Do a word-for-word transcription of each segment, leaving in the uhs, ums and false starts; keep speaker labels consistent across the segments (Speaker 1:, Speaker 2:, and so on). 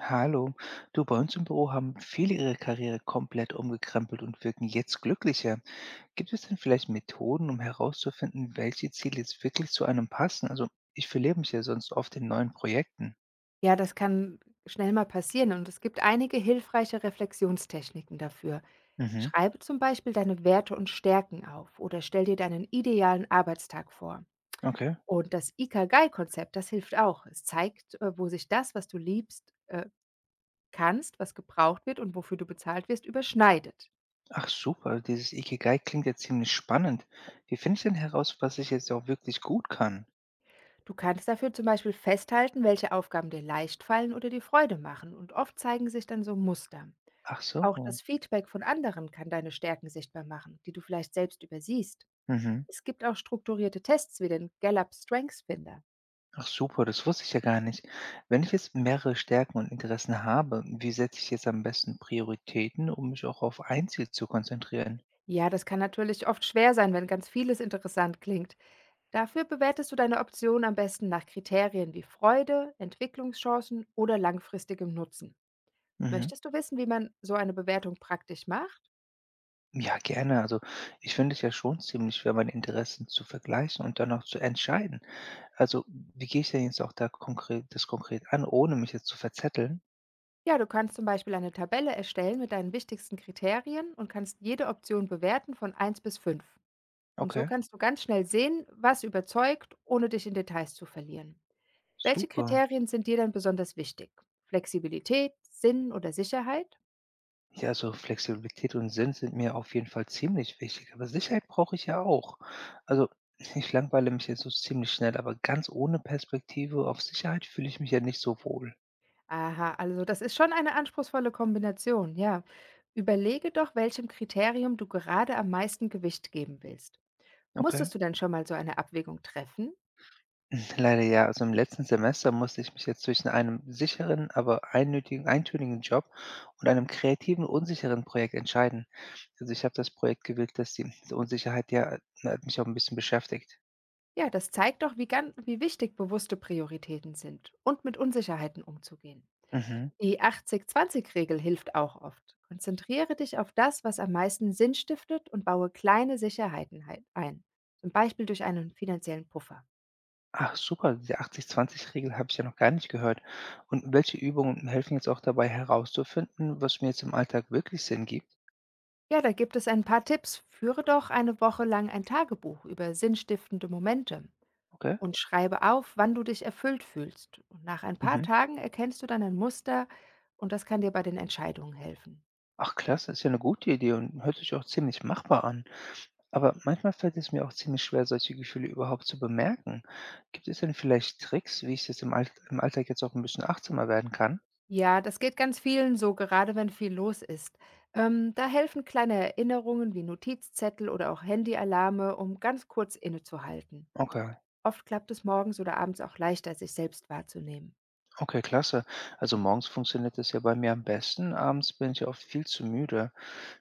Speaker 1: Hallo, du, bei uns im Büro haben viele ihre Karriere komplett umgekrempelt und wirken jetzt glücklicher. Gibt es denn vielleicht Methoden, um herauszufinden, welche Ziele jetzt wirklich zu einem passen? Also ich verliere mich ja sonst oft in neuen Projekten.
Speaker 2: Ja, das kann schnell mal passieren und es gibt einige hilfreiche Reflexionstechniken dafür.
Speaker 1: Mhm.
Speaker 2: Schreibe zum Beispiel deine Werte und Stärken auf oder stell dir deinen idealen Arbeitstag vor.
Speaker 1: Okay.
Speaker 2: Und das Ikigai-Konzept, das hilft auch. Es zeigt, äh, wo sich das, was du liebst, äh, kannst, was gebraucht wird und wofür du bezahlt wirst, überschneidet.
Speaker 1: Ach super, dieses Ikigai klingt ja ziemlich spannend. Wie finde ich denn heraus, was ich jetzt auch wirklich gut kann?
Speaker 2: Du kannst dafür zum Beispiel festhalten, welche Aufgaben dir leicht fallen oder dir Freude machen und oft zeigen sich dann so Muster.
Speaker 1: Ach
Speaker 2: Auch
Speaker 1: so.
Speaker 2: das Feedback von anderen kann deine Stärken sichtbar machen, die du vielleicht selbst übersiehst.
Speaker 1: Mhm.
Speaker 2: Es gibt auch strukturierte Tests wie den Gallup Strengths Finder.
Speaker 1: Ach super, das wusste ich ja gar nicht. Wenn ich jetzt mehrere Stärken und Interessen habe, wie setze ich jetzt am besten Prioritäten, um mich auch auf ein Ziel zu konzentrieren?
Speaker 2: Ja, das kann natürlich oft schwer sein, wenn ganz vieles interessant klingt. Dafür bewertest du deine Option am besten nach Kriterien wie Freude, Entwicklungschancen oder langfristigem Nutzen.
Speaker 1: Mhm.
Speaker 2: Möchtest du wissen, wie man so eine Bewertung praktisch macht?
Speaker 1: Ja, gerne. Also ich finde es ja schon ziemlich schwer, meine Interessen zu vergleichen und dann auch zu entscheiden. Also wie gehe ich denn jetzt auch da konkret, das konkret an, ohne mich jetzt zu verzetteln?
Speaker 2: Ja, du kannst zum Beispiel eine Tabelle erstellen mit deinen wichtigsten Kriterien und kannst jede Option bewerten von eins bis fünf. Und so
Speaker 1: Okay,
Speaker 2: kannst du ganz schnell sehen, was überzeugt, ohne dich in Details zu verlieren. Welche
Speaker 1: super.
Speaker 2: Kriterien sind dir denn besonders wichtig? Flexibilität, Sinn oder Sicherheit?
Speaker 1: Ja, also Flexibilität und Sinn sind mir auf jeden Fall ziemlich wichtig, aber Sicherheit brauche ich ja auch. Also ich langweile mich jetzt so ziemlich schnell, aber ganz ohne Perspektive auf Sicherheit fühle ich mich ja nicht so wohl.
Speaker 2: Aha, also das ist schon eine anspruchsvolle Kombination, ja. Überlege doch, welchem Kriterium du gerade am meisten Gewicht geben willst.
Speaker 1: Okay.
Speaker 2: Musstest du denn schon mal so eine Abwägung treffen?
Speaker 1: Leider ja. Also im letzten Semester musste ich mich jetzt zwischen einem sicheren, aber einnötigen, eintönigen Job und einem kreativen, unsicheren Projekt entscheiden. Also ich habe das Projekt gewählt, das die Unsicherheit ja äh, mich auch ein bisschen beschäftigt.
Speaker 2: Ja, das zeigt doch, wie, gan- wie wichtig bewusste Prioritäten sind und mit Unsicherheiten umzugehen.
Speaker 1: Mhm.
Speaker 2: Die achtzig zwanzig-Regel hilft auch oft. Konzentriere dich auf das, was am meisten Sinn stiftet und baue kleine Sicherheiten hei- ein. Zum Beispiel durch einen finanziellen Puffer.
Speaker 1: Ach super, diese achtzig zwanzig-Regel habe ich ja noch gar nicht gehört. Und welche Übungen helfen jetzt auch dabei herauszufinden, was mir jetzt im Alltag wirklich Sinn gibt?
Speaker 2: Ja, da gibt es ein paar Tipps. Führe doch eine Woche lang ein Tagebuch über sinnstiftende Momente
Speaker 1: Okay.
Speaker 2: und schreibe auf, wann du dich erfüllt fühlst. Und nach ein paar
Speaker 1: Mhm.
Speaker 2: Tagen erkennst du dann ein Muster und das kann dir bei den Entscheidungen helfen.
Speaker 1: Ach klasse, ist ja eine gute Idee und hört sich auch ziemlich machbar an. Aber manchmal fällt es mir auch ziemlich schwer, solche Gefühle überhaupt zu bemerken. Gibt es denn vielleicht Tricks, wie ich jetzt im Allt im Alltag jetzt auch ein bisschen achtsamer werden kann?
Speaker 2: Ja, das geht ganz vielen so, gerade wenn viel los ist. Ähm, da helfen kleine Erinnerungen wie Notizzettel oder auch Handyalarme, um ganz kurz innezuhalten.
Speaker 1: Okay,
Speaker 2: Oft klappt es morgens oder abends auch leichter, sich selbst wahrzunehmen.
Speaker 1: okay, klasse. Also morgens funktioniert das ja bei mir am besten, abends bin ich oft viel zu müde.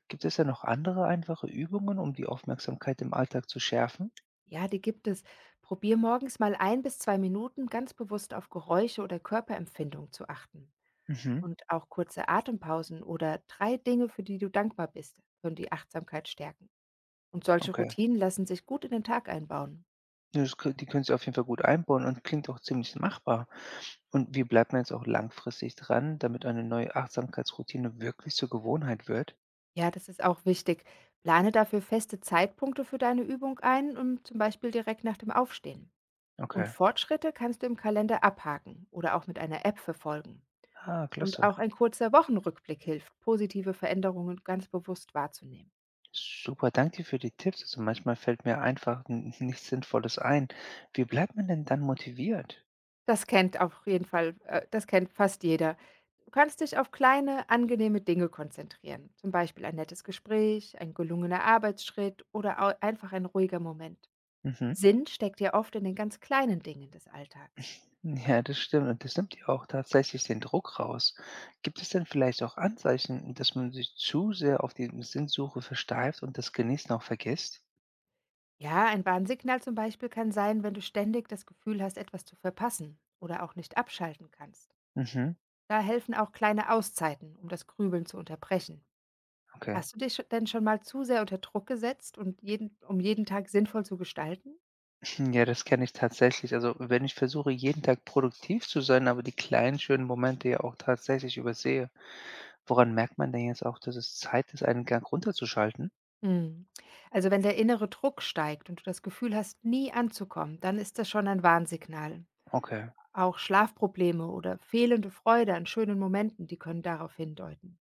Speaker 1: Gibt es denn noch andere einfache Übungen, um die Aufmerksamkeit im Alltag zu schärfen?
Speaker 2: Ja, die gibt es. Probier morgens mal ein bis zwei Minuten ganz bewusst auf Geräusche oder Körperempfindung zu achten.
Speaker 1: Mhm,
Speaker 2: Und auch kurze Atempausen oder drei Dinge, für die du dankbar bist, können die Achtsamkeit stärken. Und solche
Speaker 1: okay.
Speaker 2: Routinen lassen sich gut in den Tag einbauen.
Speaker 1: Ja, das kö die können Sie auf jeden Fall gut einbauen und klingt auch ziemlich machbar. Und wie bleibt man jetzt auch langfristig dran, damit eine neue Achtsamkeitsroutine wirklich zur Gewohnheit wird?
Speaker 2: Ja, das ist auch wichtig. Plane dafür feste Zeitpunkte für deine Übung ein und zum Beispiel direkt nach dem Aufstehen. Und
Speaker 1: Okay.
Speaker 2: Fortschritte kannst du im Kalender abhaken oder auch mit einer App verfolgen.
Speaker 1: Ah,
Speaker 2: Und
Speaker 1: klasse.
Speaker 2: auch ein kurzer Wochenrückblick hilft, positive Veränderungen ganz bewusst wahrzunehmen.
Speaker 1: Super, danke dir für die Tipps. Also manchmal fällt mir einfach n nichts Sinnvolles ein. Wie bleibt man denn dann motiviert?
Speaker 2: Das kennt auf jeden Fall, äh, Das kennt fast jeder. Du kannst dich auf kleine, angenehme Dinge konzentrieren. Zum Beispiel ein nettes Gespräch, ein gelungener Arbeitsschritt oder au- einfach ein ruhiger Moment.
Speaker 1: Mhm.
Speaker 2: Sinn steckt ja oft in den ganz kleinen Dingen des Alltags.
Speaker 1: Ja, das stimmt und das nimmt ja auch tatsächlich den Druck raus. Gibt es denn vielleicht auch Anzeichen, dass man sich zu sehr auf die Sinnsuche versteift und das Genießen auch vergisst?
Speaker 2: Ja, ein Warnsignal zum Beispiel kann sein, wenn du ständig das Gefühl hast, etwas zu verpassen oder auch nicht abschalten kannst.
Speaker 1: Mhm,
Speaker 2: Da helfen auch kleine Auszeiten, um das Grübeln zu unterbrechen.
Speaker 1: okay.
Speaker 2: Hast du dich sch- denn schon mal zu sehr unter Druck gesetzt und jeden, um jeden Tag sinnvoll zu gestalten?
Speaker 1: Hm, ja, das kenne ich tatsächlich. Also, wenn ich versuche, jeden Tag produktiv zu sein, aber die kleinen schönen Momente ja auch tatsächlich übersehe, woran merkt man denn jetzt auch, dass es Zeit ist, einen Gang runterzuschalten?
Speaker 2: Hm. Also wenn der innere Druck steigt und du das Gefühl hast, nie anzukommen, dann ist das schon ein Warnsignal.
Speaker 1: Okay.
Speaker 2: Auch Schlafprobleme oder fehlende Freude an schönen Momenten, die können darauf hindeuten.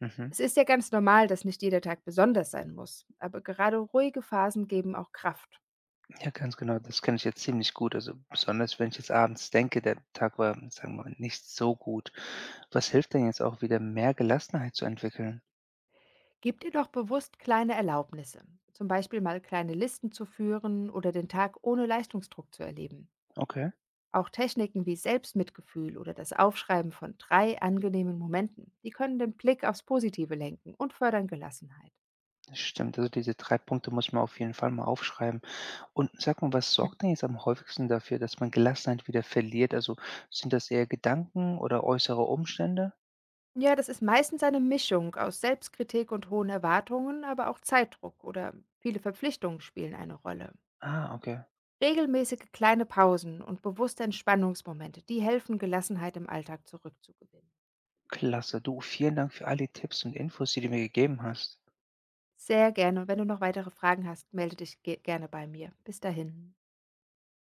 Speaker 1: Mhm.
Speaker 2: Es ist ja ganz normal, dass nicht jeder Tag besonders sein muss, aber gerade ruhige Phasen geben auch Kraft.
Speaker 1: Ja, ganz genau, das kenne ich jetzt ziemlich gut. Also, besonders wenn ich jetzt abends denke, der Tag war, sagen wir mal, nicht so gut. Was hilft denn jetzt auch wieder, mehr Gelassenheit zu entwickeln?
Speaker 2: Gib dir doch bewusst kleine Erlaubnisse, zum Beispiel mal kleine Listen zu führen oder den Tag ohne Leistungsdruck zu erleben.
Speaker 1: Okay,
Speaker 2: Auch Techniken wie Selbstmitgefühl oder das Aufschreiben von drei angenehmen Momenten, die können den Blick aufs Positive lenken und fördern Gelassenheit.
Speaker 1: das stimmt. Also, diese drei Punkte muss man auf jeden Fall mal aufschreiben. Und sag mal, was sorgt denn jetzt am häufigsten dafür, dass man Gelassenheit wieder verliert? Also, sind das eher Gedanken oder äußere Umstände?
Speaker 2: Ja, das ist meistens eine Mischung aus Selbstkritik und hohen Erwartungen, aber auch Zeitdruck oder viele Verpflichtungen spielen eine Rolle.
Speaker 1: Ah, okay.
Speaker 2: Regelmäßige kleine Pausen und bewusste Entspannungsmomente, die helfen, Gelassenheit im Alltag zurückzugewinnen.
Speaker 1: Klasse. Du, vielen Dank für all die Tipps und Infos, die du mir gegeben hast.
Speaker 2: Sehr gerne. Und wenn du noch weitere Fragen hast, melde dich ge gerne bei mir. Bis dahin.